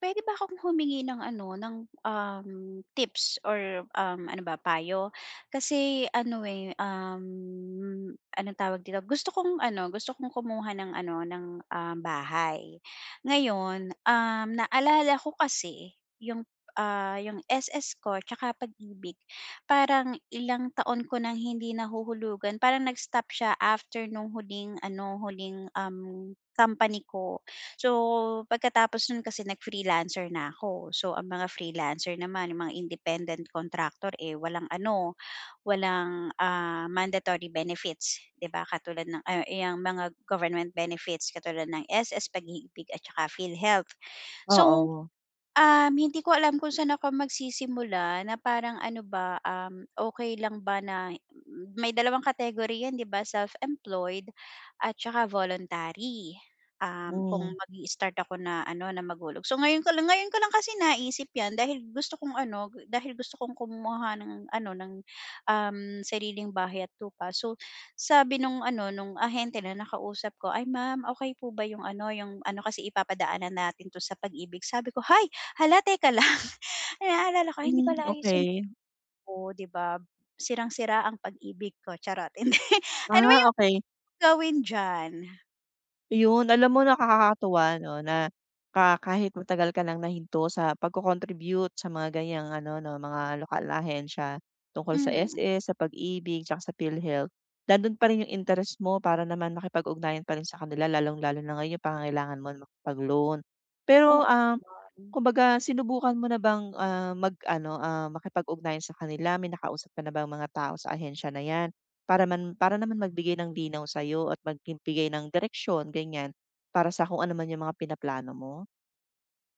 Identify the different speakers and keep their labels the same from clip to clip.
Speaker 1: Puwede ba akong humingi ng ano, ng, um, tips or, ano ba, payo? Kasi ano, eh, anong tawag dito, gusto kong ano, gusto kong kumuha ng ano, ng, bahay. Ngayon, naalala ko kasi yung, yung SS ko tsaka Pag-ibig, parang ilang taon ko nang hindi nahuhulugan. Parang nag-stop siya after nung huling ano, huling, company ko. So, pagkatapos nun kasi nag-freelancer na ako. So, ang mga freelancer naman, yung mga independent contractor, eh, walang ano, walang, mandatory benefits, 'di ba? Katulad ng, yung mga government benefits katulad ng SS, pag-ibig at saka PhilHealth. So,
Speaker 2: Oo.
Speaker 1: Hindi ko alam kung saan ako magsisimula na parang ano ba, okey lang ba na may dalawang category 'yan, 'di ba, self-employed at saka voluntary, kung
Speaker 2: Hmm,
Speaker 1: mag start ako na ano, na maghulog. So ngayon ko lang kasi naisip 'yan dahil gusto kong ano, gu- dahil gusto kong kumuha ng ano, ng, sariling bahay at lupa. So sabi nung ano, nung ahente na nakausap ko, "Ay ma'am, okay po ba yung ano kasi ipapadaanan natin 'to sa pag-ibig." Sabi ko, "Hay! Hala, teka lang." Naalala ko, hindi
Speaker 2: hmm,
Speaker 1: pala ayusin
Speaker 2: okey.
Speaker 1: ko, 'di ba? Sirang-sira ang pag-ibig ko, charot, hindi. Ano ba
Speaker 2: Ah,
Speaker 1: yung
Speaker 2: okey.
Speaker 1: gawin diyan?
Speaker 2: Ayun, alam mo, nakakatuwa 'no na kahit matagal ka ng nahinto sa pagko-contribute sa mga ganiyang ano 'no, mga lokal na ahensiya tungkol sa
Speaker 1: Hmm,
Speaker 2: SS, sa Pag-ibig, tsaka sa PhilHealth, nando'n pa rin yung interest mo para naman makipag-ugnayan pa rin sa kanila, lalong-lalo na ngayon yung pangangailangan mo na makapag-loan. Pero,
Speaker 1: oo.
Speaker 2: kumbaga sinubukan mo na bang, mag-ano, makipag-ugnayan sa kanila? May nakausap ka na bang mga tao sa ahensya na 'yan? Para naman magbigay ng linaw sa'yo at magbigay ng direksyon, ganiyan, para sa kung ano man yung mga pinaplano mo?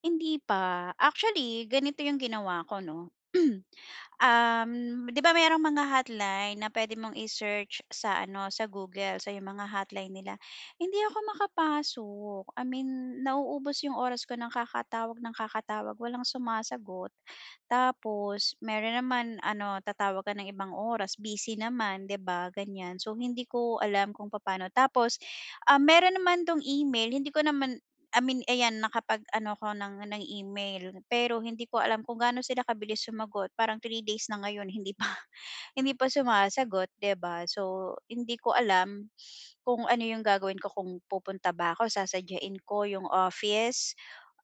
Speaker 1: Hindi pa. Actually, ganito yung ginawa ko, 'no. 'Di ba merong mga hotline na pwede mong i-search sa ano, sa Google, sa yung mga hotline nila. Hindi ako makapasok. I mean, nauubos yung oras ko ng kakatawag, walang sumasagot. Tapos meron naman ano, tatawag ng ibang oras, busy naman, 'di ba, ganyan. So, hindi ko alam kung paano. Tapos, meron naman 'tong email, hindi ko naman. I mean, ayan nakapag-ano ko ng email, pero hindi ko alam kung gaano sila kabilis sumagot. Parang 3 days na ngayon hindi pa hindi pa sumasagot, 'di ba? So, hindi ko alam kung ano yung gagawin ko, kung pupunta ba ako, sasadyain ko yung office,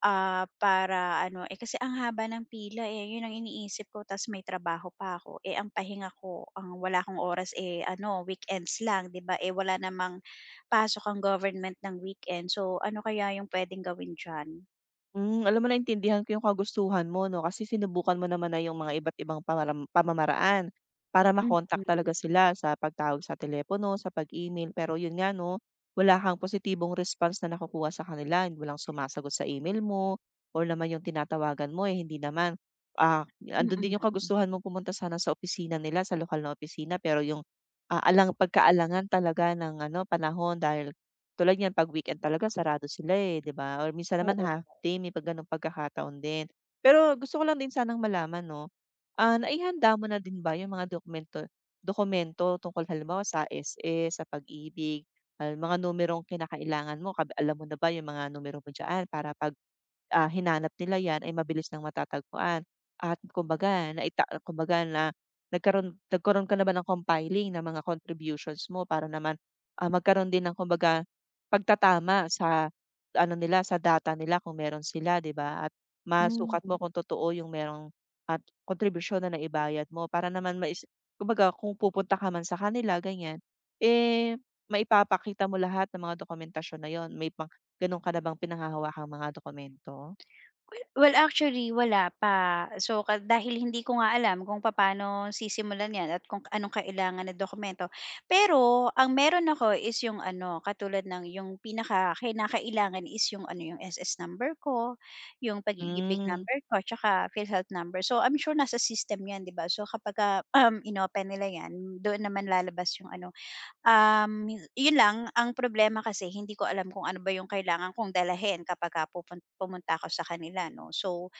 Speaker 1: para ano, eh, kasi ang haba ng pila, eh, yun ang iniisip ko ta's may trabaho pa ako. Eh, ang pahinga ko, ang wala akong oras, eh, ano weekends lang, 'di ba? Eh, wala namang pasok ang government ng weekend, so ano kaya yung pwedeng gawin diyan?
Speaker 2: Hmm, alam mo, naintindihan ko yung kagustuhan mo 'no, kasi sinubukan mo naman na yung mga iba't ibang pamamaraan para
Speaker 1: Mm.
Speaker 2: makontak talaga sila sa pagtawag sa telepono, sa pag-email. Pero yun nga 'no, wala kang positibong response na nakukuha sa kanila, walang sumasagot sa email mo or naman yung tinatawagan mo, eh, hindi naman. Ah, andun
Speaker 1: Mm,
Speaker 2: din yung kagustuhan mo pumunta sana sa opisina nila, sa lokal na opisina, pero yung, alang pagkaalangan talaga ng ano, panahon dahil tulad niyan 'pag weekend talaga sarado sila, eh, 'di ba? Or minsan naman
Speaker 1: oo.
Speaker 2: ha birthday, may pa gano'ng pagkakataon din. Pero gusto ko lang din sanang malaman 'no, naihanda mo na din ba yung mga dokumento dokumento tungkol halimbawa sa SS, sa pag-ibig, mga numerong kinakailangan mo, alam mo na ba yung mga numero mo diyaan para 'pag hinanap nila 'yan ay mabilis nang matatagpuan at kumbaga na nagkaroon nagkaroon ka na ba ng compiling ng mga contributions mo para naman, magkaroon din ng kumbaga pagtatama sa ano nila, sa data nila kung meron sila 'di ba, at
Speaker 1: Hmm,
Speaker 2: masukat mo kung totoo yung merong at kontribusyon na naibayad mo para naman kumbaga kung pupunta ka man sa kanila ganyan, eh, maipapakita mo lahat ng mga dokumentasyon na 'yun may pang Gano'n ka na bang pinanghahawakang mga dokumento?
Speaker 1: well well actually wala pa. So ka dahil hindi ko nga alam kung papaano sisimulan 'yan at kung anong kailangan na dokumento. Pero ang meron ako is yung ano, katulad ng yung pinaka kinakailangan is yung ano, yung SS number ko, yung pag-iibig
Speaker 2: Hmm,
Speaker 1: number ko, tsaka PhilHealth number. So I'm sure nasa system 'yan, 'di ba? So kapagka, inopen nila 'yan, doon naman lalabas yung ano. Um, yun lang, ang problema kasi hindi ko alam kung ano ba yung kailangan kong dalhin kapagka pupun pumunta ako sa kanila, 'no. So,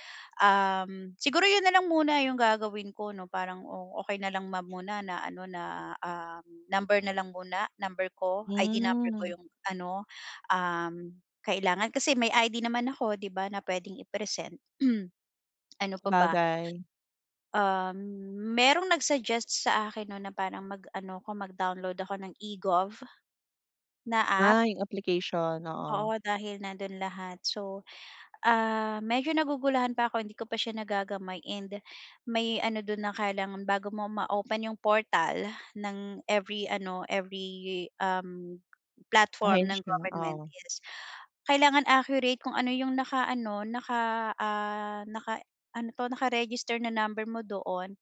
Speaker 1: siguro yun na lang muna yung gagawin ko, 'no, parang o okey na lang ma'am muna na ano na, number na lang muna, number ko, ID number ko
Speaker 2: hmm,
Speaker 1: yung ano, um, kailangan kasi may ID naman ako, 'di ba, na puwedeng i-present. Ano pa ba,
Speaker 2: sabagay.
Speaker 1: um, merong nag-suggest sa akin, 'no, na parang mag-ano ko mag-download ako ng e na app?
Speaker 2: Ah, yung application, oo.
Speaker 1: Oo, dahil nandun lahat. So, ah, medyo nagugulahan pa ako, hindi ko pa siya nagagamay and may ano dun na kailangan bago mo ma-open yung portal ng every ano, every, platform ng
Speaker 2: Ahensya,
Speaker 1: government
Speaker 2: oo.
Speaker 1: is kailangan accurate kung ano yung naka-ano, naka, ah, naka ano 'to, naka-register na number mo doon.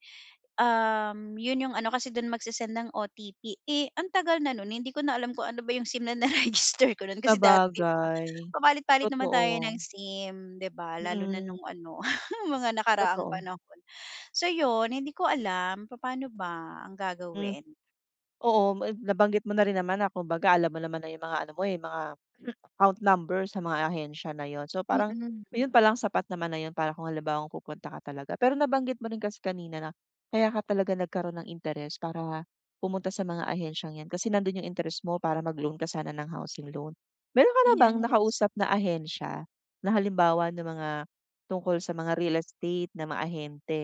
Speaker 1: Yun yung ano kasi dun magse-send ng OTP. Eh, ang tagal na nun hindi ko na alam kung ano ba yung SIM na na-register ko nun kasi dati 'di ba,
Speaker 2: Sabagay,
Speaker 1: papalit-palit naman tayo
Speaker 2: totoo.
Speaker 1: ng SIM, 'di ba, lalo na
Speaker 2: Mm,
Speaker 1: nung ano mga nakaraang
Speaker 2: totoo.
Speaker 1: panahon. So yun, hindi ko alam paano ba ang
Speaker 2: Hmm,
Speaker 1: gagawin.
Speaker 2: oo, nabanggit mo na rin naman na kumbaga alam mo naman na yung mga ano mo, eh, mga account number sa mga ahensya na yon. So, parang
Speaker 1: Mm,
Speaker 2: yun palang sapat naman na yun para kung halimbawang pupunta ka talaga. Pero nabanggit mo rin kasi kanina na kaya ka talaga nagkaroon ng interes para pumunta sa mga ahensyang yan, kasi nandun yung interest mo para mag-loan ka sana ng housing loan. Meron ka na bang
Speaker 1: yes.
Speaker 2: nakausap na ahensya na halimbawa ng mga tungkol sa mga real estate na mga ahente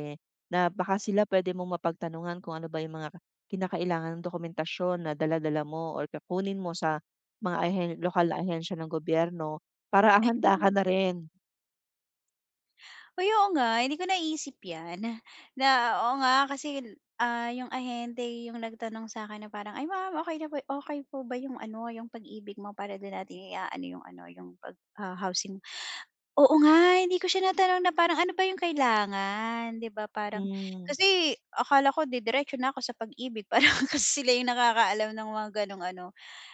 Speaker 2: na baka sila pwede mong mapagtanungan kung ano ba yung mga kinakailangan ng dokumentasyon na dala-dala mo or kukunin mo sa mga lokal na ahensiya ng gobyerno para handa ka
Speaker 1: Ayun.
Speaker 2: na rin.
Speaker 1: Uy, oo nga, hindi ko naisip 'yan, na oo nga kasi, yung ahente yung nagtanong sa akin na parang, "Ay ma'am, okay na po okay po ba yung ano, yung pag-ibig mo para do'n natin ano, yung pag ah, housing mo." Oo nga, hindi ko siya natanong na parang ano ba yung kailangan, 'di ba, parang
Speaker 2: Hmm.
Speaker 1: kasi akala ko didiretso na ako sa pag-ibig parang kasi sila yung nakakaalam ng mga gano'ng ano.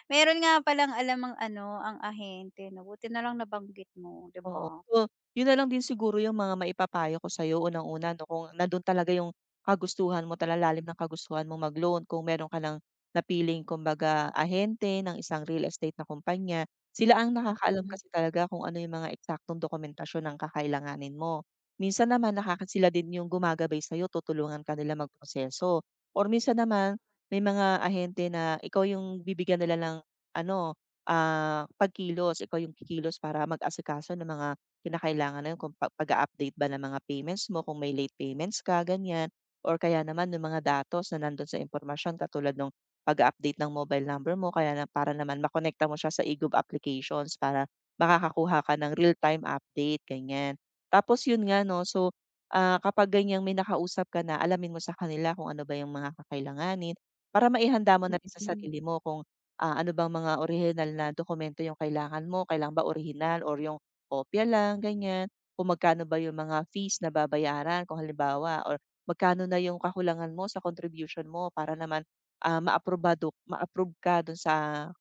Speaker 1: Meron nga palang alam ang ano, ang ahente, 'no, buti na lang nabanggit mo, 'di
Speaker 2: Oo.
Speaker 1: ba?
Speaker 2: So, yun na lang din siguro yung mga maipapayo ko sa'yo unang-una 'no, kung nandun talaga yung kagustuhan mo, talalalim ng kagustuhan mo mag-loan, kung meron ka ng napiling kumbaga ahente ng isang real estate na kumpanya. Sila ang nakakaalam
Speaker 1: Mm,
Speaker 2: kasi talaga kung ano yung mga eksaktong dokumentasyon ang kakailanganin mo. Minsan naman sila din yung gumagabay sa'yo, tutulungan ka nila magproseso, or minsan naman may mga ahente na ikaw yung bibigyan nila ng ano, pagkilos, ikaw yung kikilos para mag-asikaso ng mga kinakailangan na yun kung pag-a-update ba ng mga payments mo, kung may late payments ka, ganyan. Or kaya naman yung mga datos na nandun sa impormasyon katulad ng pag-a-update ng mobile number mo kaya na para naman makonekta mo siya sa applications para makakakuha ka ng real-time update, ganyan. Tapos yun nga 'no, so, kapag ganyang may nakausap ka na, alamin mo sa kanila kung ano ba yung mga kakailanganin para maihanda mo na rin sa
Speaker 1: mm.
Speaker 2: sarili mo kung ano bang mga orihinal na dokumento yung kailangan mo, kailangan ba orihinal or yung kopya lang, ganyan. Kung magkano ba yung mga fees na babayaran kung halimbawa, or magkano na yung kakulangan mo sa contribution mo para naman, maaprobado ma-approve ka dun sa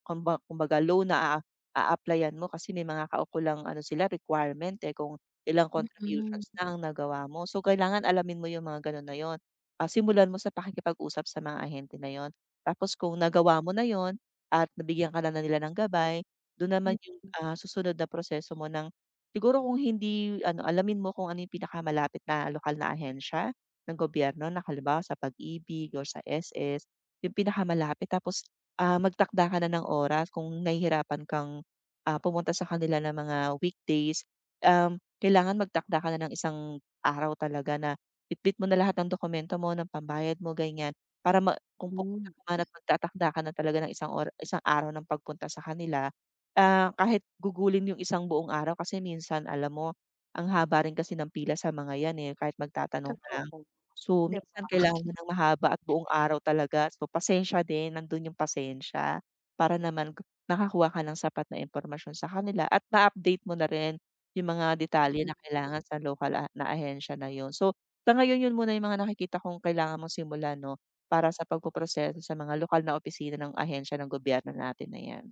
Speaker 2: kumbaga loan na a-applyan mo, kasi may mga kaukulang ano sila requirement, eh, kung ilang
Speaker 1: Mm,
Speaker 2: contributions na ang nagawa mo. So, kailangan alamin mo yung mga gano'n na yon. Ah, simulan mo sa pakikipag-usap sa mga ahente na yon. Tapos kung nagawa mo na yon at nabigyan ka na na nila ng gabay, doon naman yung, ah, susunod na proseso mo ng siguro kung hindi ano, alamin mo kung ano yung pinakamalapit na lokal na ahensya ng gobyerno na halimbawa sa pag-ibig or sa SS, yung pinakamalapit. Tapos, magtakda ka na ng oras kung nahihirapan kang, pumunta sa kanila ng mga weekdays, kailangan magtakda ka na ng isang araw talaga na bitbit mo na lahat ng dokumento mo, ng pambayad mo, ganyan, para kung pupunta
Speaker 1: mm.
Speaker 2: ka man at magtatakda ka na talaga ng isang araw ng pagpunta sa kanila, kahit gugulin yung isang buong araw kasi minsan alam mo, ang haba rin kasi ng pila sa mga 'yan, eh, kahit magtatanong ka lang.
Speaker 1: Totoo,
Speaker 2: So,
Speaker 1: 'di
Speaker 2: minsan
Speaker 1: ba?
Speaker 2: kailangan mo ng mahaba at buong araw talaga. So, pasensya din, nando'n yung pasensya para naman makakuha ka ng sapat na impormasyon sa kanila at ma-update mo na rin yung mga detalye na kailangan sa lokal na ahensya na 'yun. So, sa ngayon 'yun muna yung mga nakikita kong kailangan mong simulan 'no. Para sa pagpoproseso sa mga lokal na opisina ng ahensya ng gobyerno natin na 'yan.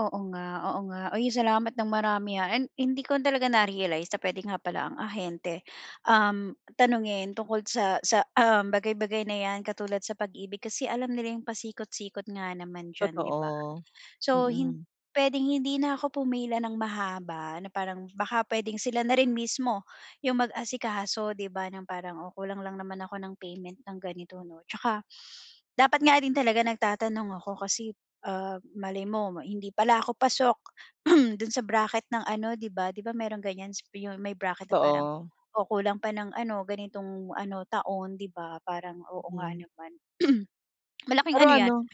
Speaker 1: Oo nga, oo nga. Uy, salamat ng marami, and hindi ko talaga na-realize na puwede nga pala ang ahente, um, tanungin tungkol sa bagay-bagay na 'yan katulad sa pag-ibig kasi alam nila yung pasikot-sikot nga naman diyan, 'di ba?
Speaker 2: Totoo,
Speaker 1: So, hin
Speaker 2: mm,
Speaker 1: puwedeng hindi na ako pumila ng mahaba na parang baka puwedeng sila na rin mismo yung mag-asikaso, 'di ba, ng parang, "Oh, kulang lang naman ako ng payment ng ganito, 'no." Tsaka dapat nga din talaga nagtatanong ako kasi, malay mo hindi pala ako pasok dun sa bracket ng ano, 'di ba? 'Di ba merong ganyan s yung may bracket na parang,
Speaker 2: totoo,
Speaker 1: "o kulang pa ng ano, ganitong ano, taon." 'Di ba? Parang oo nga
Speaker 2: mm.
Speaker 1: naman. Malaking
Speaker 2: Pero
Speaker 1: ano 'yan.
Speaker 2: ano.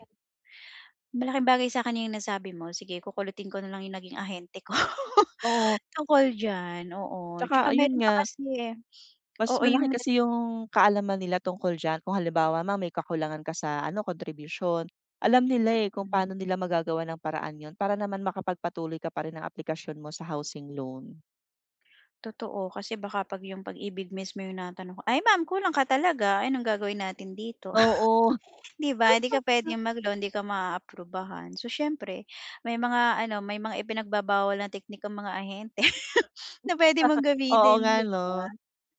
Speaker 1: Malaking bagay sa'kin yung nasabi mo, sige kukulutin ko na lang yung naging ahente ko.
Speaker 2: Oo,
Speaker 1: Tungkol diyan, oo.
Speaker 2: tsaka
Speaker 1: Tsaka
Speaker 2: ayun
Speaker 1: meron pa
Speaker 2: nga,
Speaker 1: kasi, eh,
Speaker 2: mas
Speaker 1: oo
Speaker 2: malaki
Speaker 1: yung
Speaker 2: kasi yung kaalaman nila tungkol diyan kung halimbawa man may kakulangan ka sa ano kontribusyon, alam nila, eh, kung paano nila magagawan ng paraan 'yun para naman makapagpatuloy ka pa rin ng aplikasyon mo sa housing loan.
Speaker 1: totoo kasi baka 'pag yung pag-ibig mismo yung natanong ko, "Ay ma'am kulang ka talaga, ay anong gagawin natin dito?"
Speaker 2: Oo,
Speaker 1: 'Di ba, hindi ka puwedeng mag-loan, hindi ka maaaprubahan. So siyempre may mga ano, may mga ipinagbabawal na teknik ang mga ahente na puwede mong
Speaker 2: oo
Speaker 1: gamitin,
Speaker 2: nga
Speaker 1: 'di
Speaker 2: 'no.
Speaker 1: ba?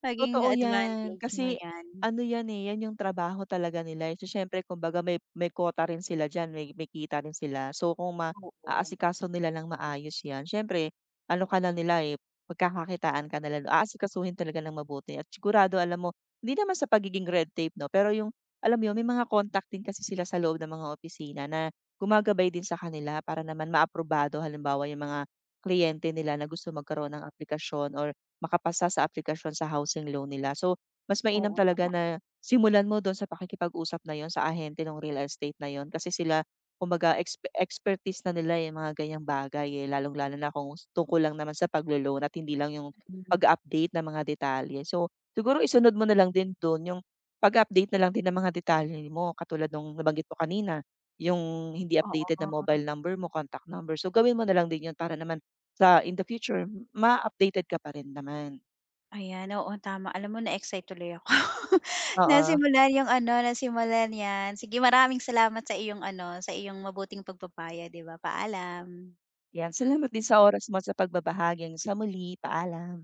Speaker 1: Maging
Speaker 2: Totoo 'yan,
Speaker 1: advantage mo
Speaker 2: kasi
Speaker 1: 'yan.
Speaker 2: ano 'yan, eh, 'yan yung trabaho talaga nila, eh. So, siyempre kumbaga may quota rin sila diyan, may kita rin sila. So, kung
Speaker 1: Oo,
Speaker 2: maaasikaso nila ng maayos 'yan, siyempre ano ka na nila, eh, pagkakakitaan ka nila, aasikasuhin talaga ng mabuti at sigurado alam mo, hindi naman sa pagiging red tape 'no, pero yung alam mo yun, may mga contact din kasi sila sa loob ng mga opisina na gumagabay din sa kanila para naman maaprobado halimbawa yung mga kliyente nila na gusto magkaroon ng aplikasyon or makapasa sa aplikasyon sa housing loan nila. So, mas mainam
Speaker 1: oo
Speaker 2: talaga na simulan mo do'n sa pakikipag-usap na 'yon sa ahente ng real estate na 'yon kasi sila kumbaga expertise na nila, yung mga ganyang bagay, eh, lalong-lalo na kung tungkol lang naman sa paglo-loan at hindi lang yung
Speaker 1: naman.
Speaker 2: pag-update ng mga detalye. So, siguro isunod mo na lang din do'n yung pag-update na lang din ng mga detalye mo katulad nung nabanggit mo kanina, yung hindi updated
Speaker 1: Oo,
Speaker 2: na mobile number mo, contact number. So, gawin mo na lang din 'yon para naman sa in the future ma-updated ka pa rin naman.
Speaker 1: ayan, oo tama. Alam mo na-excite tuloy ako.
Speaker 2: Oo,
Speaker 1: Nasimulan yung ano, nasimulan 'yan. Sige maraming salamat sa iyong ano, sa iyong mabuting pagpapaya, 'di ba? Paalam.
Speaker 2: 'yan. Salamat din sa oras mo at sa pagbabahagi. Hanggang sa muli, paalam.